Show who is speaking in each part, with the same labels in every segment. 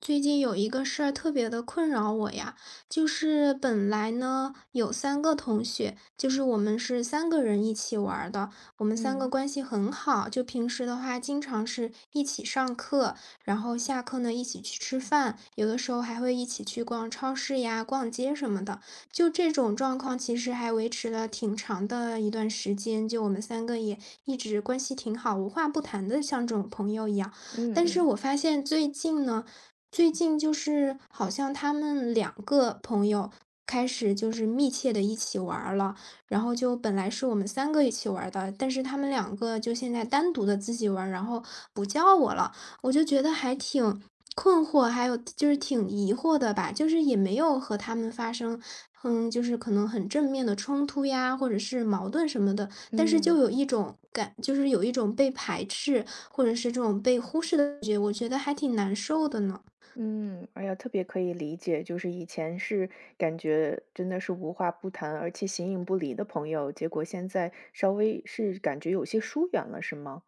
Speaker 1: 最近有一个事儿特别的困扰我呀，就是本来呢有三个同学，就是我们是三个人一起玩儿的，我们三个
Speaker 2: 嗯
Speaker 1: 关系很好，就平时的话经常是一起上课，然后下课呢一起去吃饭，有的时候还会一起去逛超市呀、逛街什么的。就这种状况其实还维持了挺长的一段时间，就我们三个也一直关系挺好，无话不谈的，像这种朋友一样。
Speaker 2: 嗯
Speaker 1: 但是
Speaker 2: 嗯
Speaker 1: 我发现最近呢。最近就是好像他们两个朋友开始就是密切的一起玩儿了，然后就本来是我们三个一起玩儿的，但是他们两个就现在单独的自己玩儿然后不叫我了。我就觉得还挺困惑，还有就是挺疑惑的吧，就是也没有和他们发生，就是可能很正面的冲突呀，或者是矛盾什么的，但是就
Speaker 2: 嗯
Speaker 1: 有一种感就是有一种被排斥，或者是这种被忽视的感觉，我觉得还挺难受的呢。
Speaker 2: 嗯，哎呀，特别可以理解，就是以前是感觉真的是无话不谈，而且形影不离的朋友，结果现在稍微是感觉有些疏远了，是吗？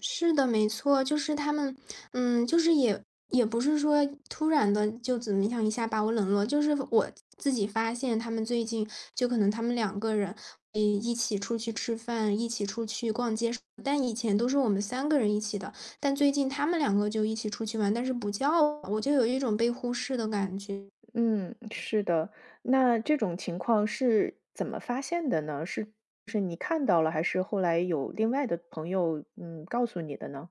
Speaker 1: 是的，没错，就是他们，嗯，就是也也不是说突然的就怎么样一下把我冷落，就是我自己发现他们最近就可能他们两个人，诶，一起出去吃饭，一起出去逛街，但以前都是我们三个人一起的，但最近他们两个就一起出去玩，但是不叫我，我就有一种被忽视的感觉。
Speaker 2: 嗯，是的。那这种情况是怎么发现的呢？是是你看到了，还是后来有另外的朋友告诉你的呢？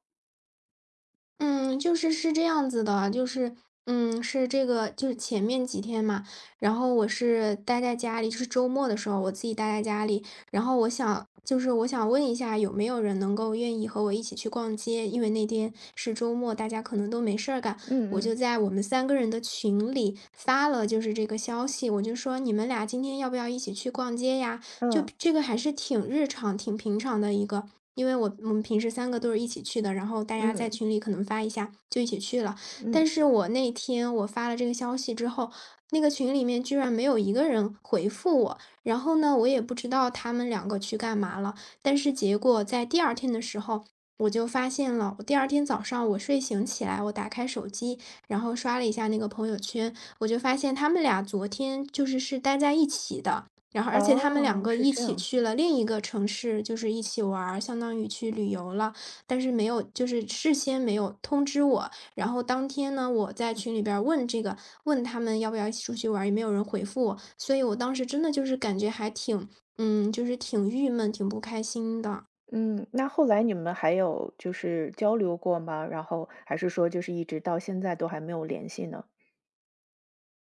Speaker 1: 嗯，就是是这样子的，是这个，就是前面几天嘛，然后我是待在家里，就是周末的时候，我自己待在家里，然后我想，就是我想问一下，有没有人能够愿意和我一起去逛街？因为那天是周末，大家可能都没事儿干，我
Speaker 2: 嗯
Speaker 1: 就
Speaker 2: 嗯
Speaker 1: 在我们三个人的群里发了就是这个消息，我就说你们俩今天要不要一起去逛街呀？就
Speaker 2: 嗯
Speaker 1: 这个还是挺日常、挺平常的一个，因为我们平时三个都是一起去的，然后大家在
Speaker 2: 嗯
Speaker 1: 群里可能发一下就一起去了。但
Speaker 2: 嗯，
Speaker 1: 是我那天我发了这个消息之后，那个群里面居然没有一个人回复我，然后呢，我也不知道他们两个去干嘛了。但是结果在第二天的时候，我就发现了，我第二天早上我睡醒起来，我打开手机，然后刷了一下那个朋友圈，我就发现他们俩昨天就是是待在一起的，然后而且他们两
Speaker 2: 哦，
Speaker 1: 个
Speaker 2: 是
Speaker 1: 一
Speaker 2: 这
Speaker 1: 起
Speaker 2: 样。
Speaker 1: 去了另一个城市，就是一起玩儿相当于去旅游了，但是没有就是事先没有通知我。然后当天呢，我在群里边儿问这个，问他们要不要一起出去玩儿，也没有人回复我，所以我当时真的就是感觉还挺就是挺郁闷，挺不开心的。
Speaker 2: 嗯，那后来你们还有就是交流过吗？然后还是说就是一直到现在都还没有联系呢？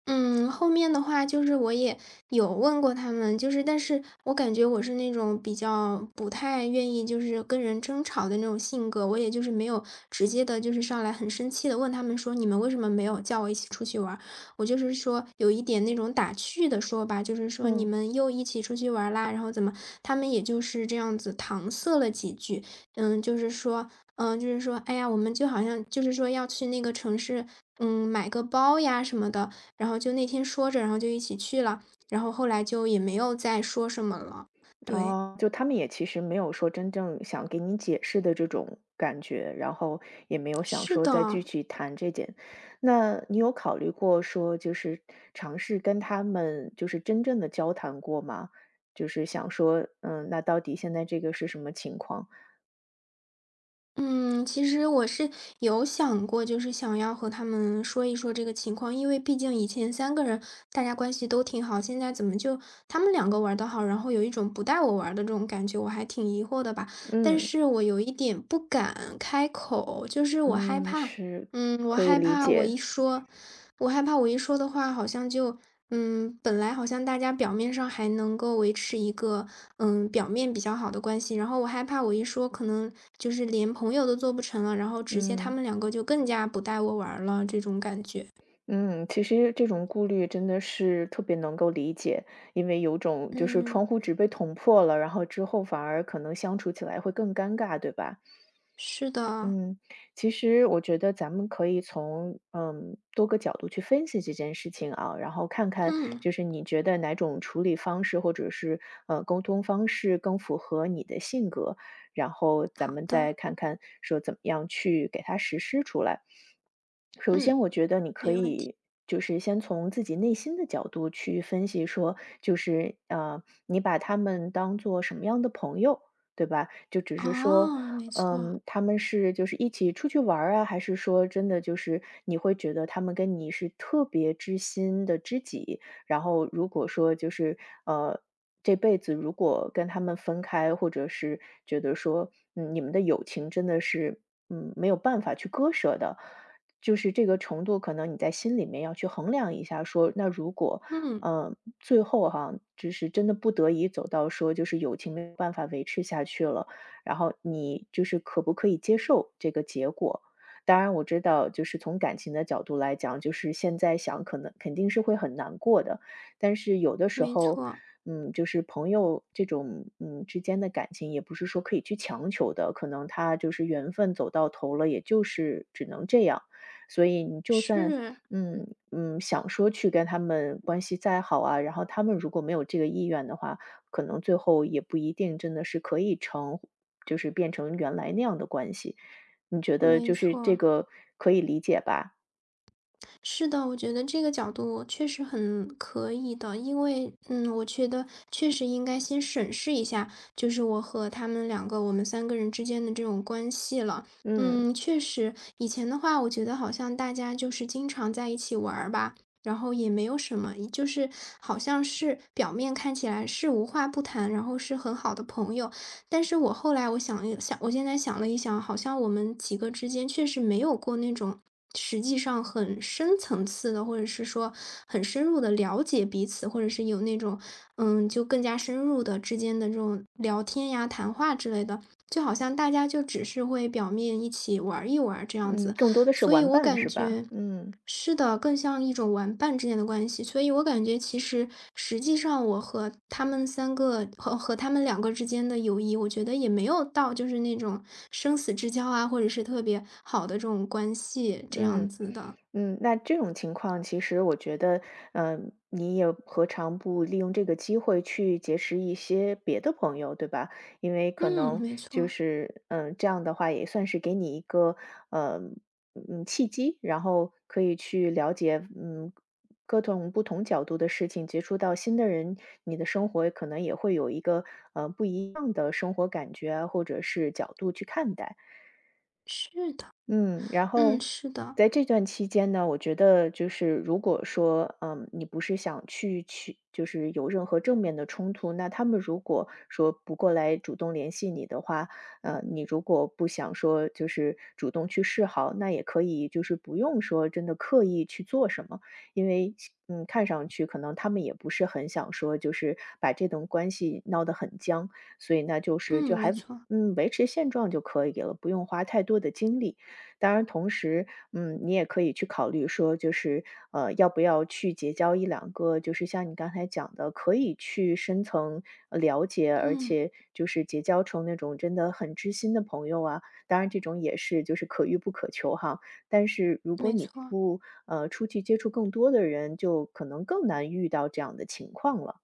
Speaker 1: 嗯，后面的话就是我也有问过他们，就是但是我感觉我是那种比较不太愿意就是跟人争吵的那种性格，我也就是没有直接的，就是上来很生气的问他们说："你们为什么没有叫我一起出去玩儿我就是说有一点那种打趣的说吧，就是说："你
Speaker 2: 嗯。
Speaker 1: 们又一起出去玩儿啦，然后怎么？"他们也就是这样子搪塞了几句，嗯，就是说就是说："哎呀，我们就好像就是说要去那个城市，买个包呀什么的。"然后就那天说着，然后就一起去了，然后后来就也没有再说什么了。对，
Speaker 2: 哦，就他们也其实没有说真正想给你解释的这种感觉，然后也没有想
Speaker 1: 是
Speaker 2: 说再
Speaker 1: 的，
Speaker 2: 继续谈这件。那你有考虑过说就是尝试跟他们就是真正的交谈过吗？就是想说，那到底现在这个是什么情况？
Speaker 1: 嗯，其实我是有想过，就是想要和他们说一说这个情况，因为毕竟以前三个人大家关系都挺好，现在怎么就他们两个玩的好，然后有一种不带我玩的这种感觉，我还挺疑惑的吧。但
Speaker 2: 嗯，
Speaker 1: 是我有一点不敢开口，就是我害
Speaker 2: 嗯，
Speaker 1: 怕，
Speaker 2: 是，
Speaker 1: 嗯，我
Speaker 2: 可以
Speaker 1: 害
Speaker 2: 理
Speaker 1: 怕我
Speaker 2: 解，
Speaker 1: 一说我害怕我一说的话，好像就嗯，本来好像大家表面上还能够维持一个，表面比较好的关系，然后我害怕我一说，可能就是连朋友都做不成了，然后直接他
Speaker 2: 嗯。
Speaker 1: 们两个就更加不带我玩儿了，这种感觉。
Speaker 2: 嗯，其实这种顾虑真的是特别能够理解，因为有种就是
Speaker 1: 嗯，
Speaker 2: 窗户纸被捅破了，然后之后反而可能相处起来会更尴尬，对吧？
Speaker 1: 是的，
Speaker 2: 嗯，其实我觉得咱们可以从多个角度去分析这件事情啊，然后看看
Speaker 1: 嗯，
Speaker 2: 就是你觉得哪种处理方式或者是沟通方式更符合你的性格，然后咱
Speaker 1: 好
Speaker 2: 们再
Speaker 1: 的，
Speaker 2: 看看说怎么样去给它实施出来。首
Speaker 1: 嗯，
Speaker 2: 先，我觉得你可
Speaker 1: 没问题。
Speaker 2: 以就是先从自己内心的角度去分析说，就是你把他们当做什么样的朋友，对吧？就只是说，
Speaker 1: 哦，没错，
Speaker 2: 嗯，他们是就是一起出去玩儿啊，还是说真的就是你会觉得他们跟你是特别知心的知己？然后如果说就是呃。这辈子如果跟他们分开，或者是觉得说，你们的友情真的是，没有办法去割舍的，就是这个程度，可能你在心里面要去衡量一下说，那如果，
Speaker 1: 嗯，
Speaker 2: 最后哈，就是真的不得已走到说就是友情没有办法维持下去了，然后你就是可不可以接受这个结果？当然我知道，就是从感情的角度来讲，就是现在想可能肯定是会很难过的，但是有的时
Speaker 1: 没
Speaker 2: 候，
Speaker 1: 错，
Speaker 2: 就是朋友这种，之间的感情也不是说可以去强求的，可能他就是缘分走到头了，也就是只能这样。所以你就算，
Speaker 1: 是，
Speaker 2: 想说去跟他们关系再好啊，然后他们如果没有这个意愿的话，可能最后也不一定真的是可以成就是变成原来那样的关系。你觉得
Speaker 1: 没
Speaker 2: 就是这
Speaker 1: 错。
Speaker 2: 个可以理解吧？
Speaker 1: 是的，我觉得这个角度确实很可以的，因为，我觉得确实应该先审视一下，就是我和他们两个，我们三个人之间的这种关系了。
Speaker 2: 嗯
Speaker 1: 确实，以前的话，我觉得好像大家就是经常在一起玩儿吧，然后也没有什么，就是好像是表面看起来是无话不谈，然后是很好的朋友，但是我后来我想一想，我现在想了一想，好像我们几个之间确实没有过那种实际上很深层次的，或者是说很深入的了解彼此，或者是有那种就更加深入的之间的这种聊天呀、谈话之类的，就好像大家就只是会表面一起玩一玩这样
Speaker 2: 嗯，
Speaker 1: 子。
Speaker 2: 更多的是
Speaker 1: 所以
Speaker 2: 玩
Speaker 1: 我
Speaker 2: 伴
Speaker 1: 感
Speaker 2: 是
Speaker 1: 觉
Speaker 2: 吧？嗯
Speaker 1: 是的，更像一种玩伴之间的关系。所以我感觉实际上我和他们三个和他们两个之间的友谊，我觉得也没有到就是那种生死之交啊，或者是特别好的这种关系这样
Speaker 2: 嗯。
Speaker 1: 子的。
Speaker 2: 嗯，那这种情况其实我觉得，你也何尝不利用这个机会去结识一些别的朋友，对吧？因为可
Speaker 1: 嗯，
Speaker 2: 能
Speaker 1: 没
Speaker 2: 就
Speaker 1: 错，
Speaker 2: 是，这样的话也算是给你一个，呃，契机，然后可以去了解，各种不同角度的事情，接触到新的人，你的生活可能也会有一个，不一样的生活感觉啊或者是角度去看待。
Speaker 1: 是的，
Speaker 2: 嗯，然
Speaker 1: 嗯，
Speaker 2: 后
Speaker 1: 是的，
Speaker 2: 在这段期间呢，我觉得就是如果说，你不是想去，就是有任何正面的冲突，那他们如果说不过来主动联系你的话，你如果不想说就是主动去示好，那也可以就是不用说真的刻意去做什么，因为看上去可能他们也不是很想说就是把这段关系闹得很僵，所以那就是
Speaker 1: 嗯，
Speaker 2: 就
Speaker 1: 没
Speaker 2: 还
Speaker 1: 错，
Speaker 2: 维持现状就可以了，不用花太多的精力。当然同时，你也可以去考虑说，就是，要不要去结交一两个，就是像你刚才讲的，可以去深层了解，而
Speaker 1: 嗯，
Speaker 2: 且就是结交成那种真的很知心的朋友啊。当然，这种也是就是可遇不可求哈。但是如果
Speaker 1: 没
Speaker 2: 你
Speaker 1: 错。
Speaker 2: 不出去接触更多的人，就可能更难遇到这样的情况了。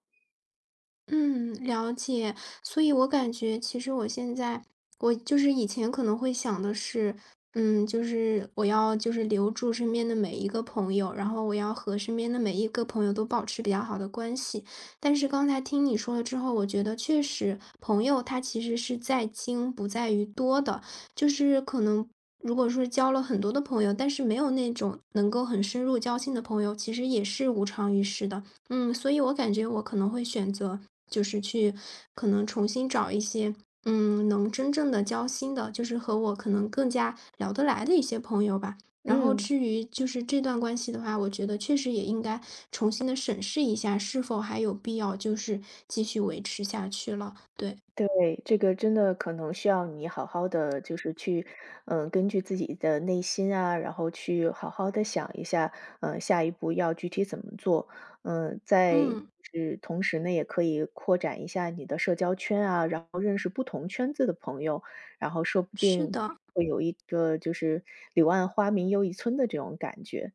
Speaker 1: 嗯，了解。所以我感觉其实我现在，我就是以前可能会想的是，就是我要就是留住身边的每一个朋友，然后我要和身边的每一个朋友都保持比较好的关系。但是刚才听你说了之后，我觉得确实朋友他其实是在精不在于多的，就是可能。如果说交了很多的朋友，但是没有那种能够很深入交心的朋友，其实也是无长于事的。所以我感觉我可能会选择，就是去可能重新找一些，能真正的交心的，就是和我可能更加聊得来的一些朋友吧。然后
Speaker 2: 嗯，
Speaker 1: 至于就是这段关系的话，我觉得确实也应该重新的审视一下，是否还有必要就是继续维持下去了。对，
Speaker 2: 对，这个真的可能需要你好好的，就是去，根据自己的内心啊，然后去好好的想一下，下一步要具体怎么做。嗯，在
Speaker 1: 嗯，
Speaker 2: 是同时呢，也可以扩展一下你的社交圈啊，然后认识不同圈子的朋友，然后说不
Speaker 1: 是
Speaker 2: 定
Speaker 1: 的，
Speaker 2: 会有一个就是"柳暗花明又一村"的这种感觉。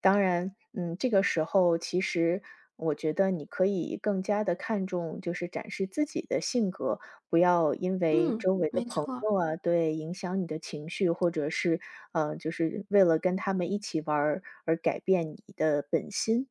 Speaker 2: 当然，这个时候其实我觉得你可以更加的看重就是展示自己的性格，不要因为
Speaker 1: 嗯，
Speaker 2: 周围的
Speaker 1: 没
Speaker 2: 朋
Speaker 1: 错。
Speaker 2: 友啊，对，影响你的情绪，或者是，就是为了跟他们一起玩儿而改变你的本心。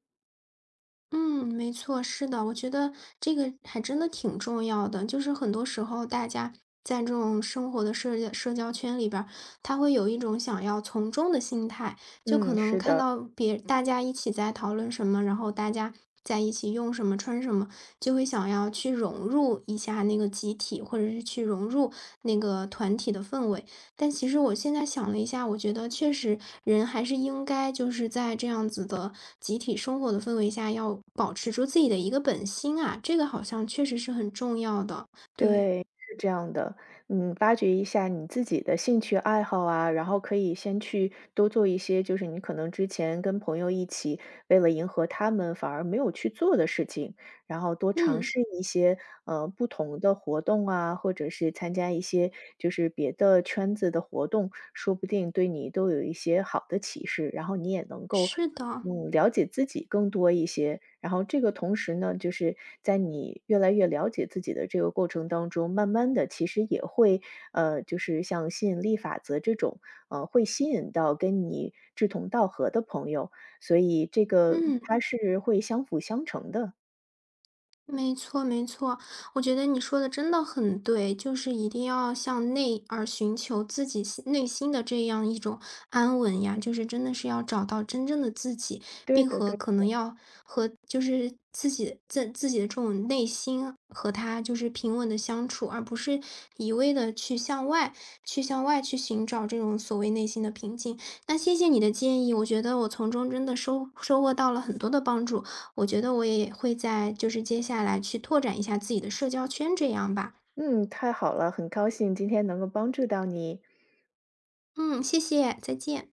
Speaker 1: 嗯，没错，是的，我觉得这个还真的挺重要的。就是很多时候，大家在这种生活的社交圈里边儿，他会有一种想要从众的心态，就可
Speaker 2: 嗯，
Speaker 1: 能
Speaker 2: 是
Speaker 1: 看
Speaker 2: 的。
Speaker 1: 到别大家一起在讨论什么，然后大家在一起用什么、穿什么，就会想要去融入一下那个集体，或者是去融入那个团体的氛围。但其实我现在想了一下，我觉得确实人还是应该就是在这样子的集体生活的氛围下，要保持住自己的一个本心啊，这个好像确实是很重要的。对，
Speaker 2: 对，是这样的。嗯，发掘一下你自己的兴趣爱好啊，然后可以先去多做一些，就是你可能之前跟朋友一起为了迎合他们反而没有去做的事情，然后多尝
Speaker 1: 嗯，
Speaker 2: 试一些不同的活动啊，或者是参加一些就是别的圈子的活动，说不定对你都有一些好的启示，然后你也能够
Speaker 1: 是的，
Speaker 2: 了解自己更多一些，然后这个同时呢，就是在你越来越了解自己的这个过程当中，慢慢的其实也会，就是像吸引力法则这种，会吸引到跟你志同道合的朋友，所以这个
Speaker 1: 嗯。
Speaker 2: 它是会相辅相成的。
Speaker 1: 没错，没错，我觉得你说的真的很对，就是一定要向内而寻求自己心内心的这样一种安稳呀，就是真的是要找到真正的自己，
Speaker 2: 对
Speaker 1: 并
Speaker 2: 的
Speaker 1: 和
Speaker 2: 对，
Speaker 1: 可能要和就是自己的这种内心和他就是平稳的相处，而不是一味的去向外去寻找这种所谓内心的平静。那谢谢你的建议，我觉得我从中真的收获到了很多的帮助。我觉得我也会在就是接下来去拓展一下自己的社交圈，这样吧。
Speaker 2: 嗯，太好了，很高兴今天能够帮助到你。
Speaker 1: 嗯，谢谢，再见。